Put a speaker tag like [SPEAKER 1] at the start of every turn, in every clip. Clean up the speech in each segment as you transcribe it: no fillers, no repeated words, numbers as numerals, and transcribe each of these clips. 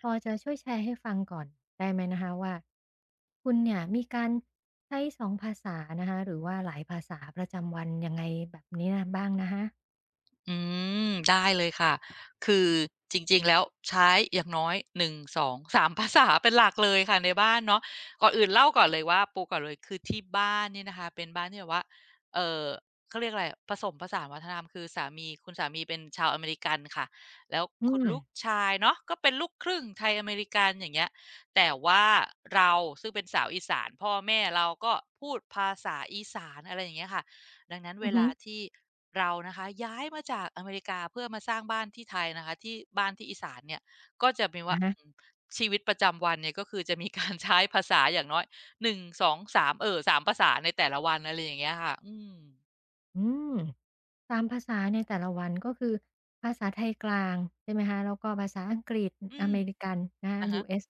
[SPEAKER 1] พอจะช่วยแชร์ให้ฟังก่อนได้ไหมนะคะว่าคุณเนี่ยมีการใช้สองภาษานะคะหรือว่าหลายภาษาประจำวันยังไงแบบนี้นะบ้างนะคะ
[SPEAKER 2] อืมได้เลยค่ะคือจริงๆแล้วใช้อย่างน้อยหนึ่งสองสาม ภาษาเป็นหลักเลยค่ะในบ้านเนาะก่อนอื่นเล่าก่อนเลยว่าปูก่อนเลยคือที่บ้านเนี่ยนะคะเป็นบ้านที่แบบว่าเอ่อเขาเรียกอะไรผสมผสานวัฒนธรรมคือสามีคุณสามีเป็นชาวอเมริกันค่ะแล้ว
[SPEAKER 1] อื
[SPEAKER 2] คุณ
[SPEAKER 1] ม
[SPEAKER 2] ลูกชายเนาะก็เป็นลูกครึ่งไทยอเมริกันอย่างเงี้ยแต่ว่าเราซึ่งเป็นสาวอีสานพ่อแม่เราก็พูดภาษาอีสานอะไรอย่างเงี้ยค่ะ ดังนั้น
[SPEAKER 1] อื
[SPEAKER 2] เว
[SPEAKER 1] อฮึ
[SPEAKER 2] ลาที่เรานะคะย้ายมาจากอเมริกาเพื่อมาสร้างบ้านที่ไทยนะคะที่บ้านที่อีสานเนี่ยก็จะมีว่า
[SPEAKER 1] อะฮะ
[SPEAKER 2] ชีวิตประจำวันเนี่ยก็คือจะมีการใช้ภาษาอย่างน้อย1 2 3เอ่อ3ภาษาในแต่ละวันอะไรอย่างเงี้ยค่ะอืม
[SPEAKER 1] อืมตามภาษาในแต่ละวันก็คือภาษาไทยกลางใช่ไหมคะแล้วก็ภาษาอังกฤษ
[SPEAKER 2] อื
[SPEAKER 1] อ
[SPEAKER 2] ม
[SPEAKER 1] เมริกันนะคะ
[SPEAKER 2] อะฮะ
[SPEAKER 1] US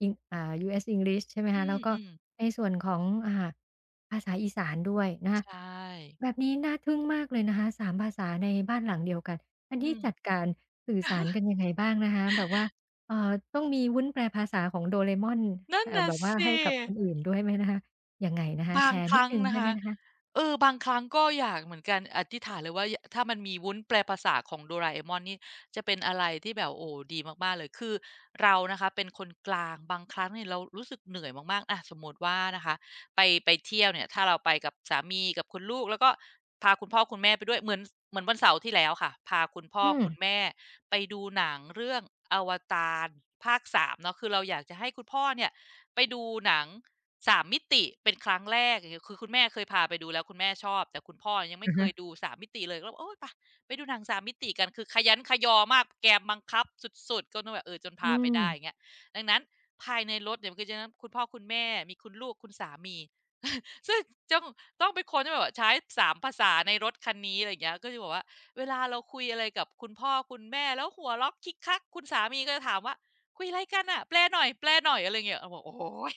[SPEAKER 1] อิงUS English ใช่ไหม
[SPEAKER 2] อื
[SPEAKER 1] คะแล้วก็
[SPEAKER 2] ม
[SPEAKER 1] ในส่วนของภาษาอีสานด้วยนะ
[SPEAKER 2] ๆ
[SPEAKER 1] คะ
[SPEAKER 2] ใช่
[SPEAKER 1] แบบนี้น่าทึ่งมากเลยนะคะ3ภาษาในบ้านหลังเดียวกันอัน
[SPEAKER 2] อื
[SPEAKER 1] นี้
[SPEAKER 2] ม
[SPEAKER 1] จัดการสื่อสารกันยังไงบ้างนะคะแบบว่าต้องมีวุ้นแปลภาษาของโดเรม่อน
[SPEAKER 2] นั่นน่ะ
[SPEAKER 1] แบบว่า
[SPEAKER 2] สิ
[SPEAKER 1] ให้กับคนอื่นด้วยไหมนะคะอย่างงั้
[SPEAKER 2] บาง
[SPEAKER 1] น
[SPEAKER 2] ค
[SPEAKER 1] นิด
[SPEAKER 2] รั้ง
[SPEAKER 1] หนึ่ง
[SPEAKER 2] นะ
[SPEAKER 1] ได้ไหม
[SPEAKER 2] คะ
[SPEAKER 1] นะคะ
[SPEAKER 2] เออบางครั้งก็อยากเหมือนกันอธิษฐานเลยว่ายถ้ามันมีวุ้นแปลภาษาของโดราเอมอนนี่จะเป็นอะไรที่แบบโอ้โฮดีมากๆเลยคือเรานะคะเป็นคนกลางบางครั้งเนี่ยเรารู้สึกเหนื่อยมากๆอะสมมุติว่านะคะไปเที่ยวเนี่ยถ้าเราไปกับสามีกับคุณลูกแล้วก็พาคุณพ่อคุณแม่ไปด้วยเหมือนวันเสาร์ที่แล้วค่ะพาคุณพ่อ
[SPEAKER 1] อืม
[SPEAKER 2] คุณแม่ ไปดูหนังเรื่องอวตารภาคสามเนาะคือเราอยากจะให้คุณพ่อเนี่ยไปดูหนังสามมิติเป็นครั้งแรกอย่างเงี้ยคือคุณแม่เคยพาไปดูแล้วคุณแม่ชอบแต่คุณพ่อยังไม่
[SPEAKER 1] อะ
[SPEAKER 2] เค
[SPEAKER 1] ฮะ
[SPEAKER 2] ยดูสามมิติเลยก็เลยโอ๊ยไปดูหนังสามมิติกันคือขยั้นขยอมากแกมบังคับสุดๆก็นู่นแบบเออจนพา
[SPEAKER 1] อื
[SPEAKER 2] ไป
[SPEAKER 1] ม
[SPEAKER 2] ได้อย่างเงี้ยดังนั้นภายในรถเนี่ยมันก็จะคุณพ่อคุณแม่มีคุณลูกคุณสามี ซึ่งจ้องต้องเป็นคนที่แบบว่าใช้สามภาษาในรถคันนี้อะไรอย่างเงี้ยก็จะบอกว่า เวลาเราคุยอะไรกับคุณพ่อคุณแม่แล้วหัวเราะคิกคักคุณสามีก็จะถามว่าคุยอะไรกันน่ะแปลหน่อยแปลหน่อยอะไรเงี้ยเราบอกโอ้ย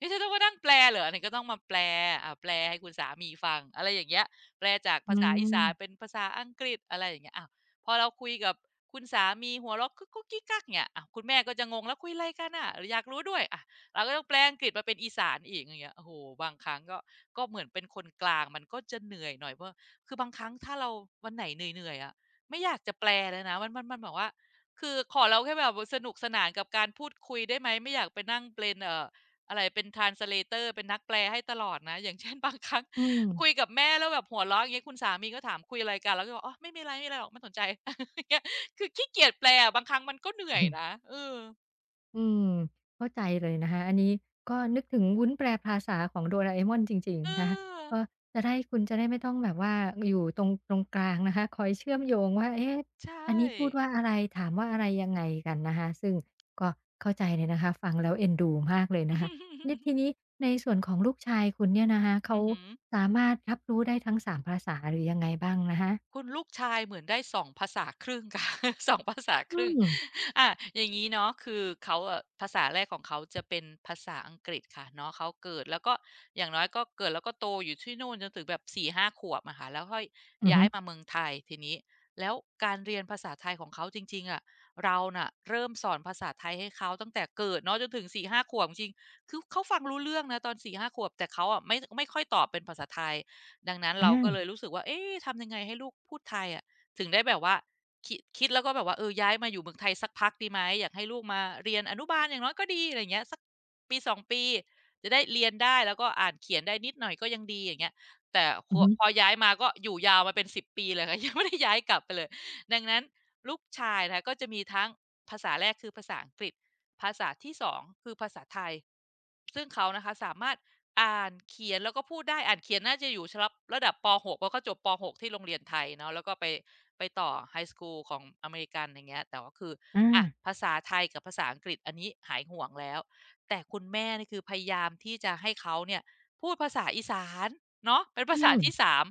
[SPEAKER 2] นี่ฉันต้องมานั่งแปลเหรอเนี่ยก็ต้องมาแปลอ่าแปลให้คุณสามีฟังอะไรอย่างเงี้ยแปลจาก
[SPEAKER 1] อื
[SPEAKER 2] ภาษาอีสานเป็น
[SPEAKER 1] ม
[SPEAKER 2] ภาษาอังกฤษอะไรอย่างเงี้ยอ้าวพอเราคุยกับคุณสามีหัวเราะกุ๊กกุ๊กกิ๊กกั๊กเนี่ยอ้าวคุณแม่ก็จะงงแล้วคุยอะไรกันน่ะอยากรู้ด้วยอะเราก็ต้องแปลอังกฤษมาเป็นอีสานอีกอย่างเงี้ยโอ้โฮบางครั้งก็เหมือนเป็นคนกลางมันก็จะเหนื่อยหน่อยเพราะ คือบางครั้งถ้าเราวันไหนเหนื่อยๆอะไม่อยากจะแปลเลยนะมันบอกว่าคือขอเราแค่แบบสนุกสนานกับการพูดคุยได้ไหมไม่อยากไปนั่งเป็นอะไรเป็น t r a เ s เ a อร r เป็นนักแปลให้ตลอดนะ อย่างเช่น บางครั้ง
[SPEAKER 1] อืม
[SPEAKER 2] คุยกับแม่แล้วแบบหัวเราะอย่างเงี้ยคุณสามีก็ถามคุยอะไรกันแล้วก็บอกอ๋อไม่มีอะไรไม่มีอะไรหรอกไม่สนใจ อย่างเงี้ยคือขี้เกียจแปลบางครั้งมันก็เหนื่อยนะ เออ
[SPEAKER 1] อืม เข้าใจเลยนะคะอันนี้ก็นึกถึงวุ้นแปลภาษาของโดราเอมอนจริง
[SPEAKER 2] เอ
[SPEAKER 1] ๆนะคะ
[SPEAKER 2] อ
[SPEAKER 1] ก็จะได้คุณจะได้ไม่ต้องแบบว่าอยู่ตรงกลางนะคะคอยเชื่อมโยงว่าเอ๊ะ
[SPEAKER 2] ใช
[SPEAKER 1] อันนี้พูด
[SPEAKER 2] ่
[SPEAKER 1] ว่าอะไรถามว่าอะไรยังไงกันนะคะซึ่งก็เข้าใจเลยนะคะฟังแล้วเอ็นดูมากเลยนะคะนี่ที นี้ในส่วนของลูกชายคุณเนี่ยนะคะ
[SPEAKER 2] อื
[SPEAKER 1] เขา
[SPEAKER 2] อหือ
[SPEAKER 1] สามารถรับรู้ได้ทั้ง3ภาษาหรือยังไงบ้างนะคะ
[SPEAKER 2] คุณลูกชายเหมือนได้สองภาษาครึ่งค่ะ สองภาษาค
[SPEAKER 1] อื
[SPEAKER 2] รึ่ง
[SPEAKER 1] ม
[SPEAKER 2] อาอย่างงี้เนาะคือเขาอะภาษาแรกของเขาจะเป็นภาษาอังกฤษค่ะเนาะเขาเกิดแล้วก็อย่างน้อยก็เกิดแล้วก็โตอยู่ที่นู่นจนถึงแบบ4-5ขวบอะค่ะแล้วค่อย
[SPEAKER 1] อือ
[SPEAKER 2] ย้า
[SPEAKER 1] ฮึ
[SPEAKER 2] ยมาเมืองไทยทีนี้แล้วการเรียนภาษาไทยของเขาจริงๆอะเราน่ะเริ่มสอนภาษาไทยให้เขาตั้งแต่เกิดเนาะจนถึงสี่ห้าขวบจริงๆคือเขาฟังรู้เรื่องนะตอนสี่ห้าขวบแต่เขาอะไม่ค่อยตอบเป็นภาษาไทย ดังนั้นเราก็เลย
[SPEAKER 1] อา
[SPEAKER 2] รู้สึกว่าเอ๊ะทำยังไงให้ลูกพูดไทยอะถึงได้แบบว่าคิดแล้วก็แบบว่าเออย้ายมาอยู่เมืองไทยสักพักดีไหมอยากให้ลูกมาเรียนอนุบาลอย่างน้อยก็ดีอะไรเงี้ยสักปี2ปี จะได้เรียนได้แล้วก็อ่านเขียนได้นิดหน่อยก็ยังดีอย่างเงี้ยแต่ค
[SPEAKER 1] อือฮึ
[SPEAKER 2] พอย้ายมาก็อยู่ยาวมาเป็น10ปีเลยค่ะ ยังไม่ได้ย้ายกลับไปเลย ดังนั้นลูกชายนะคะก็จะมีทั้งภาษาแรกคือภาษาอังกฤษภาษาที่สองคือภาษาไทยซึ่งเขานะคะสามารถ อ่านเขียนแล้วก็พูดได้อ่านเขียนน่าจะอยู่ชับระดับป6เพราะก็จบป6ที่โรงเรียนไทยเนาะแล้วก็ไปต่อไฮสกูลของอเมริกันอย่างเงี้ยแต่ว่าคือ
[SPEAKER 1] อา
[SPEAKER 2] อะภาษาไทยกับภาษาอังกฤษอันนี้หายห่วงแล้วแต่คุณแม่นี่คือพยายามที่จะให้เขาเนี่ยพูดภาษาอีสานเนาะเป็น
[SPEAKER 1] อื
[SPEAKER 2] ภาษา
[SPEAKER 1] ม
[SPEAKER 2] ที่สาม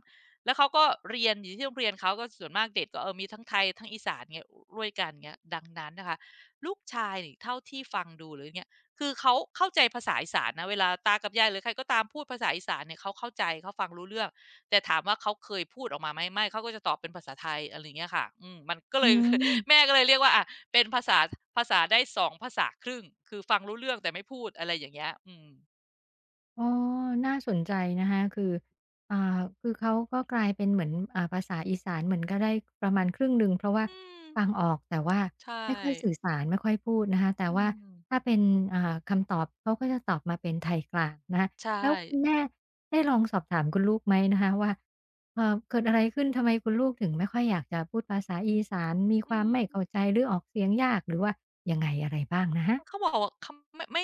[SPEAKER 2] แล้วเขาก็เรียนอยู่ที่โรงเรียนเขาก็ส่วนมากเด็กก็มีทั้งไทยทั้งอีสานเงี้ยด้วยกันเงี้ยดังนั้นนะคะลูกชายนี่เท่าที่ฟังดูหรือไง คือเขาเข้าใจภาษาอีสานนะเวลาตากับยายหรือใครก็ตามพูดภาษาอีสานเนี่ยเขาเข้าใจเขาฟังรู้เรื่องแต่ถามว่าเขาเคยพูดออกมาไหมไม่เขาก็จะตอบเป็นภาษาไทยอะไรอย่างเงี้ยค่ะอืมมันก็
[SPEAKER 1] อื
[SPEAKER 2] เลย แม่
[SPEAKER 1] ม
[SPEAKER 2] ก็เลยเรียกว่าอะเป็นภาษาได้สองภาษาครึ่งคือฟังรู้เรื่องแต่ไม่พูดอะไรอย่างเงี้ยอืม
[SPEAKER 1] อ๋อน่าสนใจนะคะคืออ่าคือเขาก็กลายเป็นเหมือนภาษาอีสานเหมือนก็ได้ประมาณครึ่งหนึ่งเพราะว่า
[SPEAKER 2] อืม
[SPEAKER 1] ฟังออกแต่ว่า
[SPEAKER 2] ใช่
[SPEAKER 1] ไม่ค่อยสื่อสารไม่ค่อยพูดนะคะแต่
[SPEAKER 2] อื
[SPEAKER 1] ว่า
[SPEAKER 2] ม
[SPEAKER 1] ถ้าเป็นคำตอบเขาก็จะตอบมาเป็นไทยกลางนะคะ
[SPEAKER 2] ใช่
[SPEAKER 1] แล้วคุณแม่ได้ลองสอบถามคุณลูกไหมนะคะว่าเกิดอะไรขึ้น ทำไมคุณลูกถึงไม่ค่อยอยากจะพูดภาษาอีสานมีค
[SPEAKER 2] อื
[SPEAKER 1] วามไม่เข้า
[SPEAKER 2] ม
[SPEAKER 1] ใจหรือออกเสียงยากหรือว่ายังไงอะไรบ้างนะคะ
[SPEAKER 2] เขาบอกว่าเขาไม่ไม่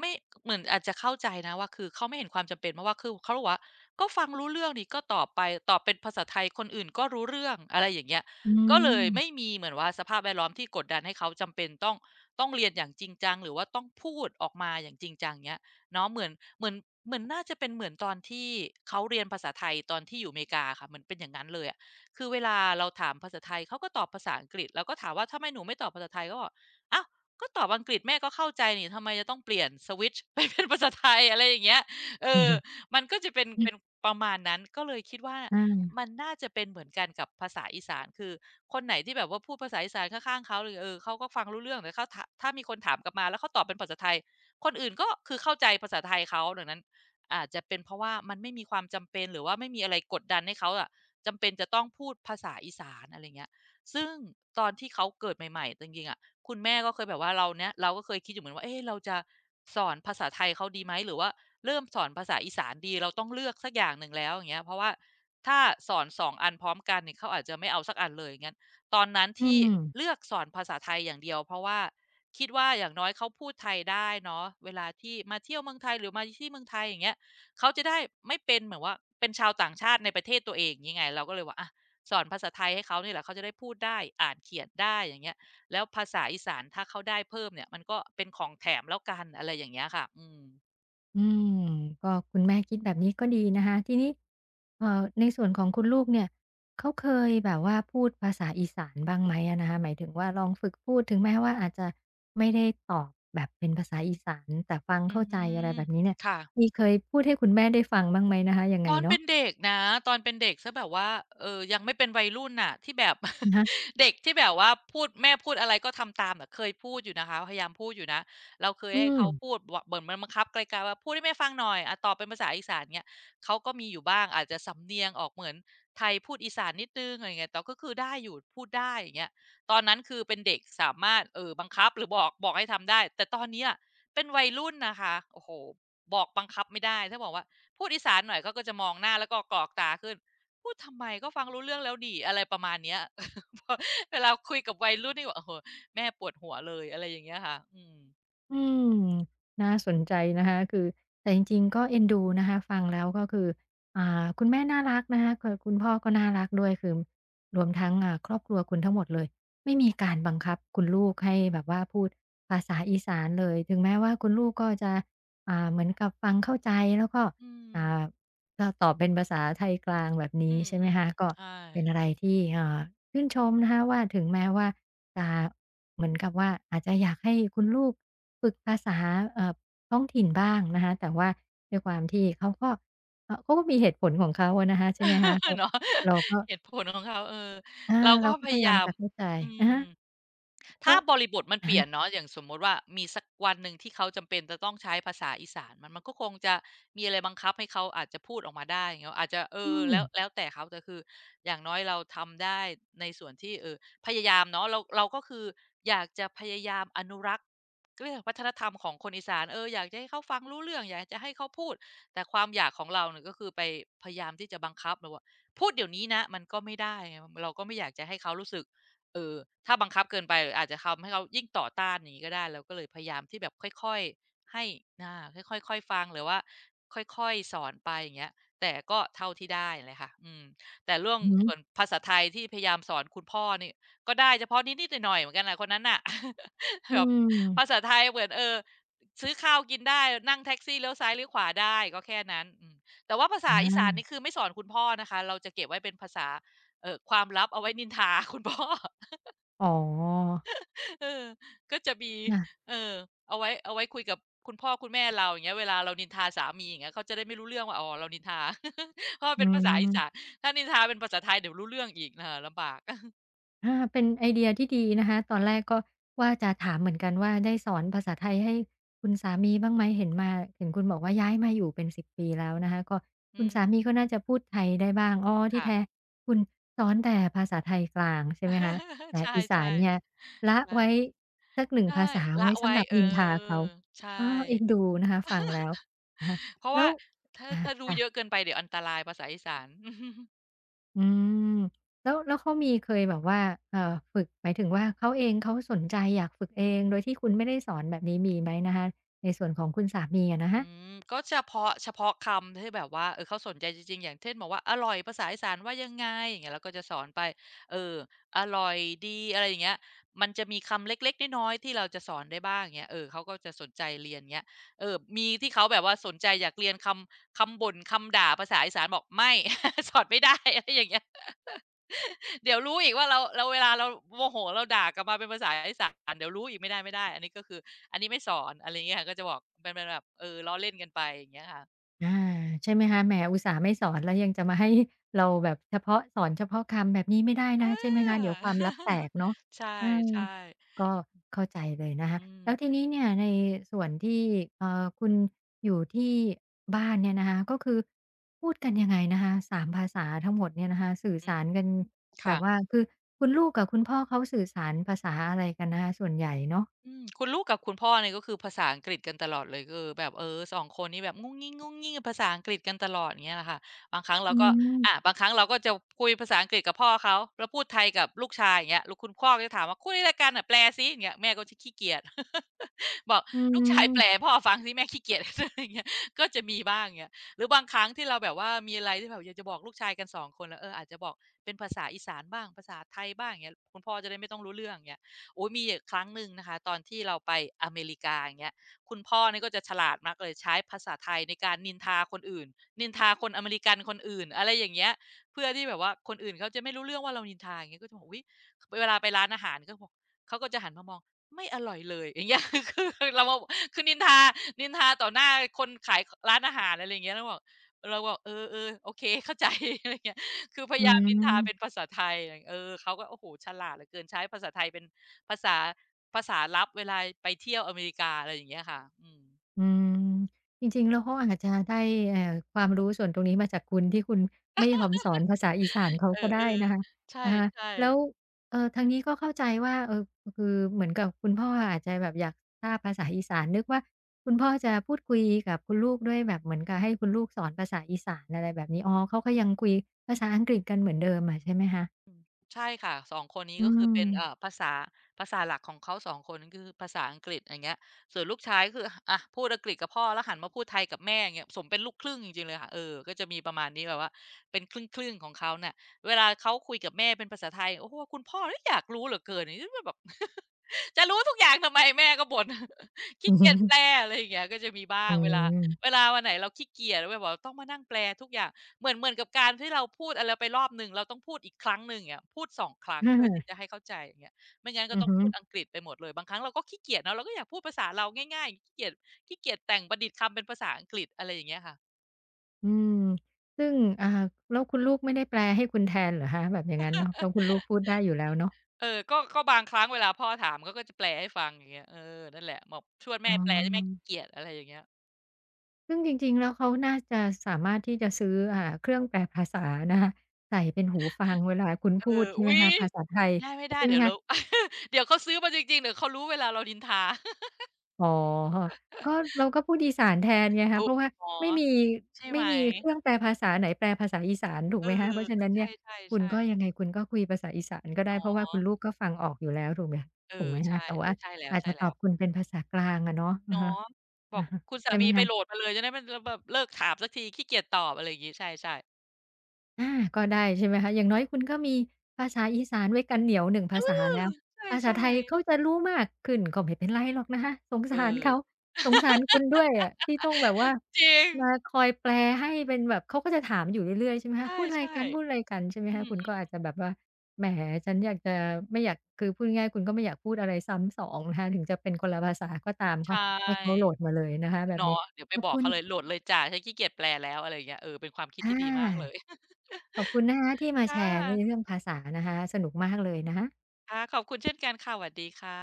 [SPEAKER 2] ไม่เหมือนอาจจะเข้าใจนะว่าคือเขาไม่เห็นความจำเป็นเพราะว่าคือเขาบอกว่าก็ฟังรู้เรื่องนี่ก็ตอบไปตอบเป็นภาษาไทยคนอื่นก็รู้เรื่องอะไรอย่างเงี้ย
[SPEAKER 1] อื
[SPEAKER 2] ก็เลยไม่
[SPEAKER 1] ม
[SPEAKER 2] มีเหมือนว่าสภาพแวดล้อมที่กดดันให้เขาจำเป็นต้องเรียนอย่างจริงจังหรือว่าต้องพูดออกมาอย่างจริงจังเงี้ยเนาะเหมือนเหมือนน่าจะเป็นเหมือนตอนที่เขาเรียนภาษาไทยตอนที่อยู่อเมริกาอะค่ะเหมือนเป็นอย่างนั้นเลยอะคือเวลาเราถามภาษาไทยเขาก็ตอบภาษาอังกฤษเราก็ถามว่าทำไมหนูไม่ตอบภาษาไทยเขาบอกอ้าว ก็ตอบอังกฤษแม่ก็เข้าใจนี่ทำไมจะต้องเปลี่ยนสวิตช์ ไปเป็นภาษาไทยอะไรอย่างเงี้ยเอ
[SPEAKER 1] อือ
[SPEAKER 2] อ
[SPEAKER 1] ฮึ
[SPEAKER 2] มันก็จะเป็น
[SPEAKER 1] ออ
[SPEAKER 2] เป็นประมาณนั้นก็เลยคิดว่า
[SPEAKER 1] อา
[SPEAKER 2] มันน่าจะเป็นเหมือนกันกับภาษาอีสานคือคนไหนที่แบบว่าพูดภาษาอีสานข้างๆเขาหรือเขาก็ฟังรู้เรื่องแต่เขาถ้ามีคนถามกลับมาแล้วเขาตอบเป็นภาษาไทยคนอื่นก็คือเข้าใจภาษาไทยเขาดังนั้นอาจจะเป็นเพราะว่ามันไม่มีความจำเป็นหรือว่าไม่มีอะไรกดดันให้เขาอะจำเป็นจะต้องพูดภาษาอีสานอะไรเงี้ยซึ่งตอนที่เขาเกิดใหม่ๆจริงๆอะ คุณแม่ก็เคยแบบว่าเราเนี้ยเราก็เคยคิดอยู่เหมือนว่าเอ๊ะเราจะสอนภาษาไทยเขาดีไหมหรือว่าเริ่มสอนภาษาอีสานดีเราต้องเลือกสักอย่างหนึ่งแล้วอย่างเงี้ยเพราะว่าถ้าสอน2องอันพร้อมกันเนี่ยเขาอาจจะไม่เอาสักอันเลยอย่างงั้นตอนนั้น
[SPEAKER 1] อื
[SPEAKER 2] ที่
[SPEAKER 1] ม
[SPEAKER 2] เลือกสอนภาษาไทยอย่างเดียวเพราะว่าคิดว่าอย่างน้อยเขาพูดไทยได้เนาะเวลาที่มาเที่ยวเมืองไทยหรือมาที่เมืองไทยอย่างเงี้ยเขาจะได้ไม่เป็นเหมือนว่าเป็นชาวต่างชาติในประเทศตัวเองงี้ไงเราก็เลยว่าอะสอนภาษาไทยให้เขานี่แหละเขาจะได้พูดได้อ่านเขียนได้อย่างเงี้ย แล้วภาษาอีสานถ้าเขาได้เพิ่มเนี่ยมันก็เป็นของแถมแล้วกันอะไรอย่างเงี้ยค่ะ อืม
[SPEAKER 1] อืมก็คุณแม่คิดแบบนี้ก็ดีนะคะทีนี้ในส่วนของคุณลูกเนี่ยเขาเคยแบบว่าพูดภาษาอีสานบ้างไหมอะนะคะหมายถึงว่าลองฝึกพูดถึงแม้ว่าอาจจะไม่ได้ตอบแบบเป็นภาษาอีสานแต่ฟัง
[SPEAKER 2] อื
[SPEAKER 1] เข้าใจอะไร
[SPEAKER 2] ม
[SPEAKER 1] แบบนี้เนี่ย
[SPEAKER 2] ค่ะ
[SPEAKER 1] มีเคยพูดให้คุณแม่ได้ฟังบ้างไหมนะคะ ยัง
[SPEAKER 2] ต
[SPEAKER 1] ไง
[SPEAKER 2] อนเป็
[SPEAKER 1] เนาะ
[SPEAKER 2] นเด็กนะตอนเป็นเด็กเสียแบบว่ายังไม่เป็นวัยรุ่นน่ะที่แบบ
[SPEAKER 1] อะ ฮะ
[SPEAKER 2] เด็กที่แบบว่าพูดแม่พูดอะไรก็ทำตามนะเคยพูดอยู่นะคะพยายามพูดอยู่นะเราเคย
[SPEAKER 1] อื
[SPEAKER 2] ให้เขา
[SPEAKER 1] ม
[SPEAKER 2] พูดวาเหมือนมันบังคับไกลๆว่าพูดให้แม่ฟังหน่อยอะตอบเป็นภาษาอีสานเงี้ยเขาก็มีอยู่บ้างอาจจะสำเนียงออกเหมือนไทยพูดอีสานนิดนึงอะไรย่างเงี้ยแต่ก็คือได้อยู่พูดได้อย่างเงี้ยตอนนั้นคือเป็นเด็กสามารถบังคับหรือบอกให้ทำได้แต่ตอนเนี้ยเป็นวัยรุ่นนะคะโอ้โหบอกบังคับไม่ได้ถ้าบอกว่า พูดอีสานหน่อยเขาก็จะมองหน้าแล้วก็กรอกตาขึ้นพูดทำไมก็ฟังรู้เรื่องแล้วดีอะไรประมาณเนี้ย เพอเวลาคุยกับวัยรุ่นนี่แบบโอ้โหแม่ปวดหัวเลยอะไรอย่างเงี้ยค่ะอืม
[SPEAKER 1] อืมน่าสนใจนะคะคือแต่จริงๆก็เอ็นดูนะคะฟังแล้วก็คือคุณแม่น่ารักนะคะคคุณพ่อก็น่ารักด้วยคือรวมทั้งครอบครัวคุณทั้งหมดเลยไม่มีการบังคับคุณลูกให้แบบว่าพูดภาษาอีสานเลยถึงแม้ว่าคุณลูกก็จะเหมือนกับฟังเข้าใจแล้วก็
[SPEAKER 2] อืม
[SPEAKER 1] อ่าก็ตอบเป็นภาษาไทยกลางแบบ
[SPEAKER 2] อื
[SPEAKER 1] นี้ใช่ไหม
[SPEAKER 2] ม
[SPEAKER 1] คะ
[SPEAKER 2] ๆ
[SPEAKER 1] ก็
[SPEAKER 2] ๆใช่
[SPEAKER 1] เป็นอะไรที่ชื่นชมนะคะว่าถึงแม้ว่า จะเหมือนกับว่าอาจจะอยากให้คุณลูกฝึกภาษาเอ่อท้องถิ่นบ้างนะคะแต่ว่าด้วยความที่เขาก็เขาก็มีเหตุผลของเขาอะนะคะใช่ไหมคะเขา
[SPEAKER 2] เนาะ
[SPEAKER 1] เราก็
[SPEAKER 2] เหตุผลของเขาเออ
[SPEAKER 1] อา
[SPEAKER 2] เราก็
[SPEAKER 1] เราก็
[SPEAKER 2] พ
[SPEAKER 1] พ
[SPEAKER 2] ยา
[SPEAKER 1] ยายา
[SPEAKER 2] ยา
[SPEAKER 1] ม
[SPEAKER 2] ม
[SPEAKER 1] จะเข้าใจ
[SPEAKER 2] อื
[SPEAKER 1] อะ
[SPEAKER 2] ม
[SPEAKER 1] ฮะ
[SPEAKER 2] ถ้า
[SPEAKER 1] ก็
[SPEAKER 2] บริบทมัน
[SPEAKER 1] อะ
[SPEAKER 2] เปลี่ย
[SPEAKER 1] ฮะ
[SPEAKER 2] นเนาะอย่างสมมติว่ามีสักวันหนึ่งที่เขาจำเป็นจะต้องใช้ภาษาอีสานมันก็คงจะมีอะไรบังคับให้เขาอาจจะพูดออกมาได้อย่างเงี้ยอาจจะเอ
[SPEAKER 1] อื
[SPEAKER 2] อ
[SPEAKER 1] ม
[SPEAKER 2] แล้วแต่เขาแต่คืออย่างน้อยเราทำได้ในส่วนที่พยายามเนาะเราก็คืออยากจะพยายามอนุรักษ์เรียกวัฒนธรรมของคนอีสานเอออยากจะให้เขาฟังรู้เรื่องอยากจะให้เขาพูดแต่ความอยากของเราเนี่ยก็คือไปพยายามที่จะบังคับแบบว่าพูดเดี๋ยวนี้นะมันก็ไม่ได้ไงเราก็ไม่อยากจะให้เขารู้สึก เออถ้าบังคับเกินไปอาจจะทำให้เขายิ่งต่อต้านอย่างนี้ก็ได้เราก็เลยพยายามที่แบบค่อยๆให้อาค่อยๆค่อยฟังหรือว่าค่อยๆสอนไปอย่างเงี้ยแต่ก็เท่าที่ได้เลยค่ะอืมแต่เรื่อง
[SPEAKER 1] อือฮึ
[SPEAKER 2] ส่วนภาษาไทยที่พยายามสอนคุณพ่อนี่ก็ได้เฉพาะนิดๆหน่อยๆเหมือนกันนะคนนั้นน่ะ
[SPEAKER 1] อื
[SPEAKER 2] แบบภาษา
[SPEAKER 1] ม
[SPEAKER 2] ไทยเหมือนเออซื้อข้าวกินได้นั่งแท็กซี่เลี้ยวซ้ายเลี้ยวขวาได้ก็แค่นั้นอืมแต่ว่าภาษาอีสานนี่
[SPEAKER 1] อา
[SPEAKER 2] คือไม่สอนคุณพ่อนะคะเราจะเก็บไว้เป็นภาษาความลับเอาไว้นินทา คุณ พ่อ
[SPEAKER 1] อ๋อ
[SPEAKER 2] เออก็จะมี
[SPEAKER 1] ค่ะ
[SPEAKER 2] เออเอาไว้คุยกับคุณพ่อคุณแม่เราอย่างเงี้ยเวลาเรานินทาสามีอย่างเงี้ยเขาจะได้ไม่รู้เรื่องว่าอ๋อเรานินทา เพราะมัน
[SPEAKER 1] อื
[SPEAKER 2] เป็นภาษาอีสาน
[SPEAKER 1] ม
[SPEAKER 2] ถ้านินทาเป็นภาษาไทยเดี๋ยวรู้เรื่องอีกเออลำบาก
[SPEAKER 1] อาเป็นไอเดียที่ดีนะคะตอนแรกก็ว่าจะถามเหมือนกันว่าได้สอนภาษาไทยให้คุณสามีบ้างไหมเห็นมาเห็นคุณบอกว่าย้ายมาอยู่เป็น10ปีแล้วนะคะก็คุ
[SPEAKER 2] อื
[SPEAKER 1] ณสามี
[SPEAKER 2] ม
[SPEAKER 1] ก็น่าจะพูดไทยได้บ้างอ๋อที่
[SPEAKER 2] ค่ะ
[SPEAKER 1] แท้คุณสอนแต่ภาษาไทยกลางใช่ไหมคะ แต่
[SPEAKER 2] ใช่
[SPEAKER 1] อี
[SPEAKER 2] ๆใช
[SPEAKER 1] สานเนี่ยละไว้
[SPEAKER 2] ่
[SPEAKER 1] สักหนึ่งภา
[SPEAKER 2] ใช่
[SPEAKER 1] ษา
[SPEAKER 2] ละ
[SPEAKER 1] ไว้สำ
[SPEAKER 2] ไว้
[SPEAKER 1] หรับ
[SPEAKER 2] เอ
[SPEAKER 1] นินทา
[SPEAKER 2] อ
[SPEAKER 1] เขา
[SPEAKER 2] ใช่
[SPEAKER 1] อ้อเอ็นดูนะคะฟังแล้วนะคะ
[SPEAKER 2] เพราะ
[SPEAKER 1] แล้
[SPEAKER 2] ว่า
[SPEAKER 1] ว
[SPEAKER 2] ถ้า
[SPEAKER 1] อา
[SPEAKER 2] ถ้ารู้เยอะ
[SPEAKER 1] ค่ะ
[SPEAKER 2] เกินไปเดี๋ยวอันตรายภาษาอีสาน
[SPEAKER 1] อืมแล้วแล้วเขามีเคยแบบว่าเอ่อฝึกหมายถึงว่าเขาเองเขาสนใจอยากฝึกเองโดยที่คุณไม่ได้สอนแบบนี้มีไหมนะคะในส่วนของคุณสามีอะนะ
[SPEAKER 2] อื
[SPEAKER 1] คะ
[SPEAKER 2] มก็เฉพาะคำที่แบบว่าเออเขาสนใจจริงๆอย่างเช่นบอกว่าอร่อยภาษาอีสานว่ายังไงอย่างเงี้ยเราก็จะสอนไปเอออร่อยดีอะไรอย่างเงี้ยมันจะมีคำเล็กๆน้อยๆที่เราจะสอนได้บ้างอย่างเงี้ยเออเขาก็จะสนใจเรียนเงี้ยเออมีที่เขาแบบว่าสนใจอยากเรียนคำบ่นคำด่าภาษาอีสานบอกไม่ สอนไม่ได้อะไรอย่างเงี้ย เดี๋ยวรู้อีกว่าเราเวลาเราโมโหเราด่ากลับมาเป็นภาษาอีสานเดี๋ยวรู้อีกไม่ได้ๆอันนี้ก็คือ อันนี้ไม่สอนอะไรอย่างเงี้ยค่ะก็จะบอกเป็นแบบเออล้อเล่นกันไปอย่างเงี้ยค่ะ
[SPEAKER 1] อาใช่ไหมคะแหมอุตส่าห์ไม่สอนแล้วยังจะมาให้เราแบบเฉพาะสอนเฉพาะคำแบบนี้ไม่ได้
[SPEAKER 2] อ
[SPEAKER 1] นะใช่ไหมคะเดี๋ย
[SPEAKER 2] า
[SPEAKER 1] วความลับแตกเนาะ
[SPEAKER 2] ใช
[SPEAKER 1] เออ
[SPEAKER 2] ่ๆ
[SPEAKER 1] ก็เข้าใจเลยนะคะ
[SPEAKER 2] อืม
[SPEAKER 1] แล้วทีนี้เนี่ยในส่วนที่คุณอยู่ที่บ้านเนี่ยนะคะก็คือพูดกันยังไงนะคะ3ภาษาทั้งหมดเนี่ยนะคะสื่อ
[SPEAKER 2] อืม
[SPEAKER 1] สารกันแบบว่า
[SPEAKER 2] ค่ะ
[SPEAKER 1] คือคุณลูกกับคุณพ่อเขาสื่อสารภาษาอะไรกันนะคะส่วนใหญ่เนาะ
[SPEAKER 2] อืมคุณลูกกับคุณพ่อเนี่ยก็คือภาษาอังกฤษกันตลอดเลยคือแบบเออสองคนนี้แบบงงงิ้งๆๆภาษาอังกฤษกันตลอดอย่างเงี้ยแหละค่ะบางครั้งเรา
[SPEAKER 1] อื
[SPEAKER 2] ก็
[SPEAKER 1] ม
[SPEAKER 2] อาบางครั้งเราก็จะคุยภาษาอังกฤษกับพ่อเขาแล้วพูดไทยกับลูกชายอย่างเงี้ยแล้วคุณพ่อก็จะถามว่าคุยอะไรกันน่ะแปลสิอย่างเงี้ยแม่ก็จะขี้เกียจ บอก
[SPEAKER 1] อื
[SPEAKER 2] ลูกชายแปล
[SPEAKER 1] ม
[SPEAKER 2] ให้พ่อฟังสิแม่ขี้เกียจ อย่างเงี้ย ก็จะมีบ้างอย่างเงี้ยหรือบางครั้งที่เราแบบว่ามีอะไรที่แบบอยากจะบอกลูกชายกันสองคนแล้วเอออาจจะบอกเป็นภาษาอีสานบ้างภาษาไทยบ้างอย่างเงี้ยคุณพ่อจะได้ไม่ต้องรู้เรื่องอย่างเงี้ย โอ้ยมีอยู่ครั้งหนึ่งนะคะตอนที่เราไปอเมริกาอย่างเงี้ยคุณพ่อนี่ก็จะฉลาดมากเลยใช้ภาษาไทยในการนินทาคนอื่นนินทาคนอเมริกันคนอื่น อะไรอย่างเงี้ยเพื่อที่แบบว่าคนอื่นเขาจะไม่รู้เรื่องว่าเรานินทาอย่างเงี้ยก็จะบอกอุยเวลาไปร้านอาหารก็บอกเขาก็จะหันมามองไม่อร่อยเลยอย่างเงี้ย คือเรามาคือนินทาต่อหน้าคนขายร้านอาหารอะไรอย่างเงี้ยแล้วบอกเราบอกเออโอเค เข้าใจ อะไรเงี้ยคือพ
[SPEAKER 1] อื
[SPEAKER 2] ยายามนินทาเป็น
[SPEAKER 1] ม
[SPEAKER 2] ภาษาไทยอะไรเงี้ยเออเขาก็โอ้โหฉลาดเหลือเกินใช้ภาษาไทยเป็น ภาษาภาษาลับเวลาไปเที่ยวอเมริกาอะไรอย่างเงี้ยค่ะอืม
[SPEAKER 1] อืมจริงๆแล้วเขาอาจจะได้ความรู้ส่วนตรงนี้มาจากคุณที่คุณไม่ยอมสอนภาษาอีสานเขา
[SPEAKER 2] เออ
[SPEAKER 1] ก็ได้นะคะ
[SPEAKER 2] ๆใ
[SPEAKER 1] อะฮะ
[SPEAKER 2] ช่
[SPEAKER 1] แล้ว
[SPEAKER 2] ๆ
[SPEAKER 1] ทางนี้ก็เข้าใจว่าคือเหมือนกับคุณพ่ออาจจะแบบอยากทราบภาษาอีสานนึกว่าคุณพ่อจะพูดคุยกับคุณลูกด้วยแบบเหมือนกับให้คุณลูกสอนภาษาอีสานอะไรแบบนี้อ๋อเขาก็ยังคุยภาษาอังกฤษกันเหมือนเดิมอะใช่ไหมคะ
[SPEAKER 2] ใช่ค่ะสองคนนี้
[SPEAKER 1] อื
[SPEAKER 2] ก็คือ
[SPEAKER 1] ม
[SPEAKER 2] เป็นภาษาหลักของเขาสองคนก็คือภาษาอังกฤษอย่างเงี้ยส่วนลูกชายก็คืออะพูดอังกฤษกับพ่อแล้วหันมาพูดไทยกับแม่อย่างเงี้ยสมเป็นลูกครึ่งจริงๆเลยค่ะเออก็จะมีประมาณนี้แบบว่าเป็นครึ่งๆของเขาน่ะเวลาเขาคุยกับแม่เป็นภาษาไทยโอ้โฮคุณพ่อนี่อยากรู้เหลือเกินอย่างงี้ก็แบบ จะรู้ทุกอย่างทำไมแม่ก็บ่น ขี้
[SPEAKER 1] อือ
[SPEAKER 2] เกี
[SPEAKER 1] ฮึ
[SPEAKER 2] ยจแปลอะไรอย่างเงี้ยก็จะมีบ้า
[SPEAKER 1] อื
[SPEAKER 2] งเวลาเว
[SPEAKER 1] ม
[SPEAKER 2] ลาวันไหนเราขี้เกียจแล้วแบบว่าต้องมานั่งแปลทุกอย่าง เหมือนกับการที่เราพูดอะไรไปรอบหนึ่งเราต้องพูดอีกครั้งหนึ่งอย่างเงี้ยพูด2ครั้ง
[SPEAKER 1] อ
[SPEAKER 2] เพื่อที่จะ
[SPEAKER 1] า
[SPEAKER 2] ให้เข้าใจอย่างเงี้ยไม่งั้นก็
[SPEAKER 1] อือ
[SPEAKER 2] ต้อง
[SPEAKER 1] ฮึ
[SPEAKER 2] พูดอังกฤษไปหมดเลยบางครั้งเราก็ขี้เกียจเนาะเราก็อยากพูดภาษาเราง่ายๆขี้เกียจแต่งประดิษฐ์คำเป็นภาษาอังกฤษอะไรอย่างเงี้ยค่ะ
[SPEAKER 1] อืมซึ่งอ่าแล้วคุณลูกไม่ได้แปลให้คุณแทนเหรอคะแบบอย่างงั้นเนาะเพราะคุณลูกพูดได้อยู่แล้วเนาะ
[SPEAKER 2] เออก็บางครั้งเวลาพ่อถามเขาก็จะแปลให้ฟังอย่างเงี้ยเออนั่นแหละบอกช่วย
[SPEAKER 1] อ๋
[SPEAKER 2] แม่แปลแม่ขี้
[SPEAKER 1] อ
[SPEAKER 2] เกียจอะไรอย่างเงี้ย
[SPEAKER 1] ซึ่งจริงๆแล้วเขาน่าจะสามารถที่จะซื้อเครื่องแปลภาษานะคะใส่เป็นหูฟังเวลาคุณ
[SPEAKER 2] เอ
[SPEAKER 1] พูด
[SPEAKER 2] อ
[SPEAKER 1] ใช่ไห
[SPEAKER 2] อุ๊
[SPEAKER 1] ม
[SPEAKER 2] ย
[SPEAKER 1] คะภาษาไทย
[SPEAKER 2] ไม่ได้
[SPEAKER 1] ใช่
[SPEAKER 2] ๆ
[SPEAKER 1] ไหม
[SPEAKER 2] เดี๋ยว
[SPEAKER 1] คะ
[SPEAKER 2] เรา เดี๋ยวเขาซื้อมาจริงๆเดี๋ยวเขารู้เวลาเรานินทา
[SPEAKER 1] อ๋อก็เราก็พูดอีสานแทนไงคะ
[SPEAKER 2] ถู
[SPEAKER 1] เพ
[SPEAKER 2] ก
[SPEAKER 1] ราะว่า
[SPEAKER 2] อ๋อ
[SPEAKER 1] ไม่มี
[SPEAKER 2] ใช่ไห
[SPEAKER 1] ไม่
[SPEAKER 2] ม
[SPEAKER 1] มีเครื่องแปลภาษาไหนแปลภาษาอีสานถูก
[SPEAKER 2] เออ
[SPEAKER 1] ไหมคะเพราะฉะนั้น
[SPEAKER 2] ๆใช
[SPEAKER 1] เนี่ยคุณ
[SPEAKER 2] ่
[SPEAKER 1] ก็
[SPEAKER 2] ๆ
[SPEAKER 1] ยังไง
[SPEAKER 2] ๆ
[SPEAKER 1] คุณก็คุยภาษาอีสานก็ได้
[SPEAKER 2] เนา
[SPEAKER 1] เพราะว่า
[SPEAKER 2] ะ
[SPEAKER 1] คุณลูกก็ฟังออกอยู่แล้วถูกไหม
[SPEAKER 2] เอ
[SPEAKER 1] ถูก
[SPEAKER 2] อ
[SPEAKER 1] ไหมคะ
[SPEAKER 2] ใช่
[SPEAKER 1] แต่
[SPEAKER 2] โอ้
[SPEAKER 1] ว่า
[SPEAKER 2] ใช่
[SPEAKER 1] อาจจะต
[SPEAKER 2] แล้
[SPEAKER 1] อ
[SPEAKER 2] ว
[SPEAKER 1] บคุณ
[SPEAKER 2] ๆ
[SPEAKER 1] เป็นภาษากลางอะเนาะอะ
[SPEAKER 2] เนาะ
[SPEAKER 1] ฮะ
[SPEAKER 2] บอ
[SPEAKER 1] อะ
[SPEAKER 2] ก
[SPEAKER 1] ฮะ
[SPEAKER 2] คุณสา
[SPEAKER 1] ใช่ไหม
[SPEAKER 2] มีไปโหลด
[SPEAKER 1] คะ
[SPEAKER 2] มาเลยจะได้ไม่แล้วแบบเลิกถามสักทีขี้เกียจตอบอะไรอย่างงี้ใช่
[SPEAKER 1] อาก็ได้ใช่ไหมคะอย่างน้อยคุณก็มีภาษาอีสานไว้กันเหนียวหนึ่งภาษาแล้ว
[SPEAKER 2] ๆเออ
[SPEAKER 1] ภาษา
[SPEAKER 2] ใช่
[SPEAKER 1] ไทยเขาจะรู้มากขึ้นก็ไม่เป็นไรหรอกนะคะสง
[SPEAKER 2] ๆเอ
[SPEAKER 1] สาร
[SPEAKER 2] อ
[SPEAKER 1] เขาสงสารคุณด้วยอะที่ต้องแบบว่า
[SPEAKER 2] จริง
[SPEAKER 1] มาคอยแปลให้เป็นแบบเขาก็จะถามอยู่เรื่อยๆใช่ไหม
[SPEAKER 2] ใ
[SPEAKER 1] คะพูดอะไร
[SPEAKER 2] ช่
[SPEAKER 1] กันพูดอะไรกันใช่ไหม
[SPEAKER 2] ๆอื
[SPEAKER 1] คะคุณก็
[SPEAKER 2] ม
[SPEAKER 1] อาจจะแบบว่าแหมฉันอยากจะไม่อยากคือพูดง่ายๆคุณก็ไม่อยากพูดอะไรซ้ำสองนะคะถึงจะเป็นคนละภาษาก็ตาม
[SPEAKER 2] ๆใช
[SPEAKER 1] ก็ให้เขาโหล
[SPEAKER 2] ่
[SPEAKER 1] ดมาเลยนะคะแบบนี้
[SPEAKER 2] เนาะเดี๋ยวไป
[SPEAKER 1] ขอบ
[SPEAKER 2] บอก
[SPEAKER 1] คุณ
[SPEAKER 2] เขาเลยโหลดเลยจ้ะฉันขี้เกียจแปลแล้วอะไรอย่างเงี้ยเออเป็นความคิด
[SPEAKER 1] อา
[SPEAKER 2] ที่ดีมากเลย
[SPEAKER 1] ขอบคุณนะคะที่มาแช
[SPEAKER 2] ค่ะ
[SPEAKER 1] ร์ในเรื่องภาษานะคะสนุกมากเลยนะคะ
[SPEAKER 2] ค่ะขอบคุณเช่นกันค่ะหวัดดีค่ะ